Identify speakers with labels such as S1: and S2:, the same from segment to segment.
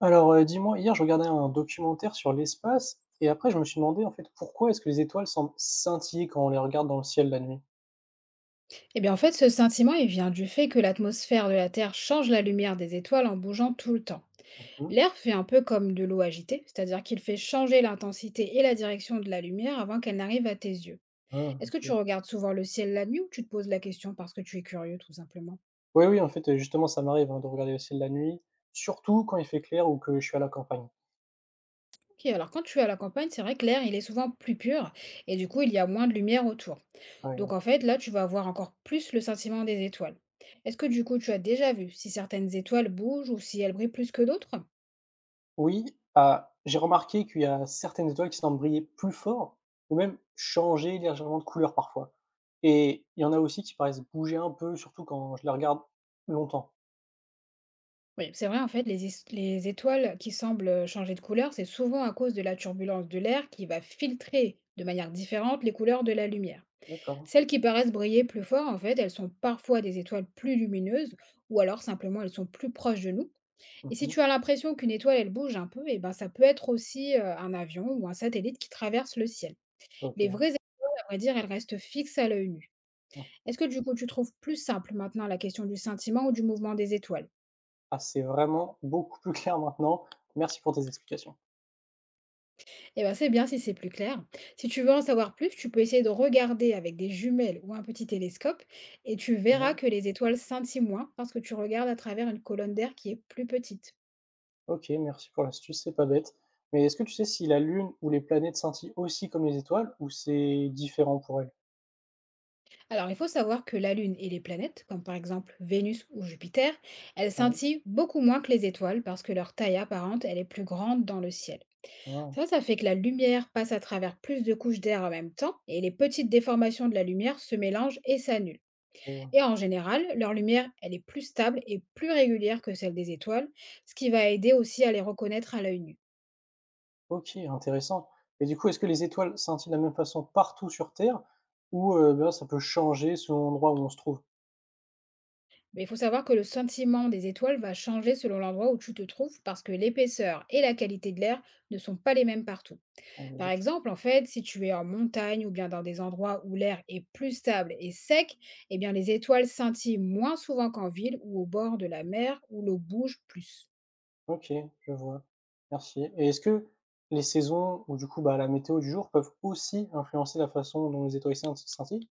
S1: Alors, dis-moi, hier, je regardais un documentaire sur l'espace et après je me suis demandé, en fait, pourquoi est-ce que les étoiles semblent scintiller quand on les regarde dans le ciel la nuit?
S2: Eh bien, en fait, ce sentiment, il vient du fait que l'atmosphère de la Terre change la lumière des étoiles en bougeant tout le temps.
S1: Mmh.
S2: L'air fait un peu comme de l'eau agitée, c'est-à-dire qu'il fait changer l'intensité et la direction de la lumière avant qu'elle n'arrive à tes yeux.
S1: Ah,
S2: Est-ce que tu
S1: OK.
S2: regardes souvent le ciel la nuit ou tu te poses la question parce que tu es curieux, tout simplement?
S1: Oui, oui, en fait, justement, ça m'arrive, hein, de regarder le ciel la nuit, surtout quand il fait clair ou que je suis à la campagne.
S2: Ok, alors quand tu es à la campagne, c'est vrai que l'air, il est souvent plus pur et du coup, il y a moins de lumière autour.
S1: Ouais, ouais.
S2: Donc, en fait, là, tu vas avoir encore plus le sentiment des étoiles. Est-ce que du coup, tu as déjà vu si certaines étoiles bougent ou si elles brillent plus que d'autres?
S1: Oui. Ah, j'ai remarqué qu'il y a certaines étoiles qui semblent briller plus fort ou même changer légèrement de couleur parfois et il y en a aussi qui paraissent bouger un peu, surtout quand je les regarde longtemps.
S2: Oui, c'est vrai, en fait, les, les étoiles qui semblent changer de couleur, c'est souvent à cause de la turbulence de l'air qui va filtrer de manière différente les couleurs de la lumière.
S1: D'accord.
S2: Celles qui paraissent briller plus fort, en fait, elles sont parfois des étoiles plus lumineuses ou alors simplement elles sont plus proches de nous. Et si
S1: Mmh.
S2: tu as l'impression qu'une étoile, elle bouge un peu, eh ben, ça peut être aussi un avion ou un satellite qui traverse le ciel. Les
S1: OK.
S2: vraies étoiles, à vrai dire, elles restent fixes à l'œil nu.
S1: Mmh.
S2: Est-ce que du coup, tu trouves plus simple maintenant la question du sentiment ou du mouvement des étoiles?
S1: Ah, c'est vraiment beaucoup plus clair maintenant. Merci pour tes explications.
S2: Eh ben, c'est bien si c'est plus clair. Si tu veux en savoir plus, tu peux essayer de regarder avec des jumelles ou un petit télescope et tu verras
S1: Ouais,
S2: que les étoiles scintillent moins parce que tu regardes à travers une colonne d'air qui est plus petite.
S1: OK, merci pour l'astuce, c'est pas bête. Mais est-ce que tu sais si la Lune ou les planètes scintillent aussi comme les étoiles ou c'est différent pour elles?
S2: Alors, il faut savoir que la Lune et les planètes, comme par exemple Vénus ou Jupiter, elles
S1: Ah oui?
S2: scintillent beaucoup moins que les étoiles parce que leur taille apparente, elle est plus grande dans le ciel.
S1: Ah,
S2: Ça fait que la lumière passe à travers plus de couches d'air en même temps et les petites déformations de la lumière se mélangent et s'annulent.
S1: je vois.
S2: Et en général, leur lumière, elle est plus stable et plus régulière que celle des étoiles, ce qui va aider aussi à les reconnaître à l'œil nu.
S1: OK, intéressant. Et du coup, est-ce que les étoiles scintillent de la même façon partout sur Terre ou ben, ça peut changer selon l'endroit où on se trouve?
S2: Mais il faut savoir que le sentiment des étoiles va changer selon l'endroit où tu te trouves parce que l'épaisseur et la qualité de l'air ne sont pas les mêmes partout.
S1: Ouais,
S2: Par
S1: logique.
S2: exemple, en fait, si tu es en montagne ou bien dans des endroits où l'air est plus stable et sec, eh bien les étoiles scintillent moins souvent qu'en ville ou au bord de la mer où l'eau bouge plus.
S1: OK, je vois. Merci. Et est-ce que les saisons ou du coup, bah, la météo du jour peuvent aussi influencer la façon dont les étoiles scintillent?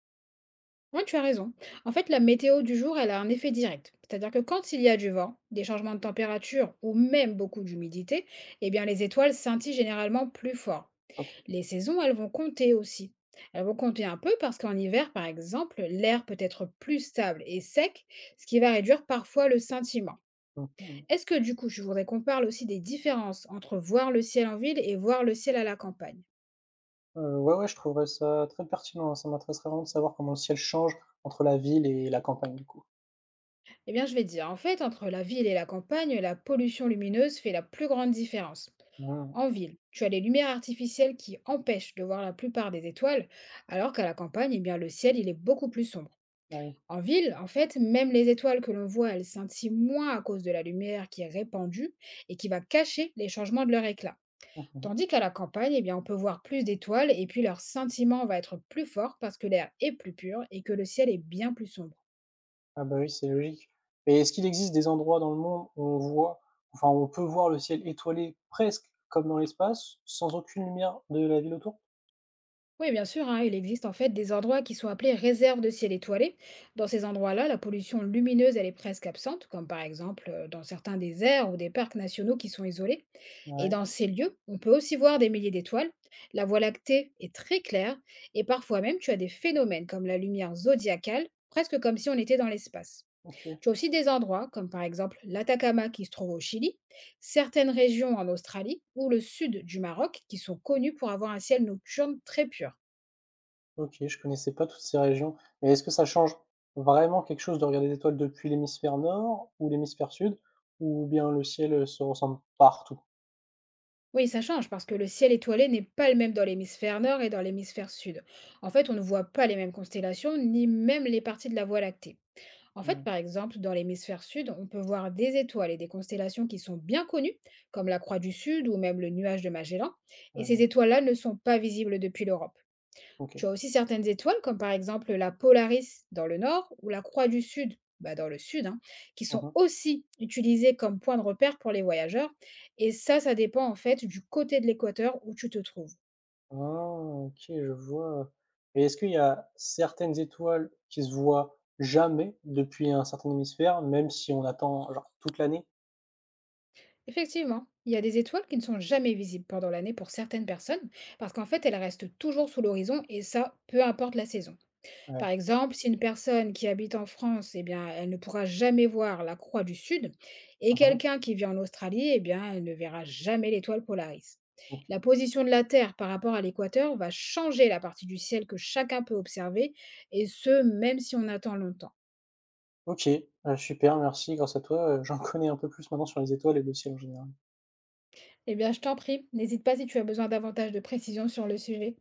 S2: Oui, tu as raison. En fait, la météo du jour, elle a un effet direct. C'est-à-dire que quand il y a du vent, des changements de température ou même beaucoup d'humidité, eh bien les étoiles scintillent généralement plus fort.
S1: OK.
S2: Les saisons, elles vont compter aussi. Elles vont compter un peu parce qu'en hiver, par exemple, l'air peut être plus stable et sec, ce qui va réduire parfois le scintillement.
S1: Mmh.
S2: Est-ce que du coup, je voudrais qu'on parle aussi des différences entre voir le ciel en ville et voir le ciel à la campagne?
S1: Ouais, ouais, je trouverais ça très pertinent, hein. Ça m'intéresserait vraiment de savoir comment le ciel change entre la ville et la campagne, du coup.
S2: Eh bien, je vais te dire, en fait, entre la ville et la campagne, la pollution lumineuse fait la plus grande différence.
S1: Mmh.
S2: En ville, tu as les lumières artificielles qui empêchent de voir la plupart des étoiles, alors qu'à la campagne, eh bien, le ciel il est beaucoup plus sombre.
S1: Ah oui.
S2: En ville, en fait, même les étoiles que l'on voit, elles scintillent moins à cause de la lumière qui est répandue et qui va cacher les changements de leur éclat.
S1: Mmh mmh.
S2: Tandis qu'à la campagne, eh bien, on peut voir plus d'étoiles et puis leur scintillement va être plus fort parce que l'air est plus pur et que le ciel est bien plus sombre.
S1: Ah bah, oui, c'est logique et est-ce qu'il existe des endroits dans le monde où on voit enfin, où on peut voir le ciel étoilé presque comme dans l'espace, sans aucune lumière de la ville autour?
S2: Oui, bien sûr, hein, il existe en fait des endroits qui sont appelés réserves de ciel étoilé. Dans ces endroits-là, la pollution lumineuse, elle est presque absente, comme par exemple dans certains déserts ou des parcs nationaux qui sont isolés.
S1: Ah,
S2: Et
S1: ouais,
S2: dans ces lieux, on peut aussi voir des milliers d'étoiles. La Voie lactée est très claire et parfois même tu as des phénomènes comme la lumière zodiacale, presque comme si on était dans l'espace.
S1: OK.
S2: Tu as aussi des endroits comme par exemple l'Atacama qui se trouve au Chili, certaines régions en Australie ou le sud du Maroc qui sont connues pour avoir un ciel nocturne très pur.
S1: OK, je connaissais pas toutes ces régions mais est-ce que ça change vraiment quelque chose de regarder des étoiles depuis l'hémisphère nord ou l'hémisphère sud ou bien le ciel, se ressemble partout?
S2: Oui, ça change parce que le ciel étoilé n'est pas le même dans l'hémisphère nord et dans l'hémisphère sud. En fait, on ne voit pas les mêmes constellations ni même les parties de la Voie lactée. En fait,
S1: Mmh.
S2: par exemple, dans l'hémisphère sud, on peut voir des étoiles et des constellations qui sont bien connues, comme la Croix du Sud ou même le nuage de Magellan,
S1: Ouais,
S2: et
S1: ouais.
S2: ces étoiles-là ne sont pas visibles depuis l'Europe.
S1: OK.
S2: Tu as aussi certaines étoiles, comme par exemple la Polaris dans le nord ou la Croix du Sud bah, dans le sud, hein, qui sont
S1: Mmh.
S2: aussi utilisées comme point de repère pour les voyageurs. Et ça dépend en fait du côté de l'équateur où tu te trouves.
S1: Ah, OK, je vois. Et est-ce qu'il y a certaines étoiles qui se voient jamais depuis un certain hémisphère, même si on attend genre toute l'année?
S2: Effectivement, il y a des étoiles qui ne sont jamais visibles pendant l'année pour certaines personnes, parce qu'en fait, elles restent toujours sous l'horizon, et ça, peu importe la saison.
S1: Ouais.
S2: Par exemple, si une personne qui habite en France, eh bien, elle ne pourra jamais voir la Croix du Sud, et
S1: Mmh.
S2: quelqu'un qui vit en Australie, eh bien, elle ne verra jamais l'étoile Polaris. La
S1: OK.
S2: position de la Terre par rapport à l'équateur va changer la partie du ciel que chacun peut observer, et ce, même si on attend longtemps.
S1: OK, super, merci. Grâce à toi, j'en connais un peu plus maintenant sur les étoiles et le ciel en général.
S2: Eh bien, je t'en prie, n'hésite pas si tu as besoin davantage de précisions sur le sujet.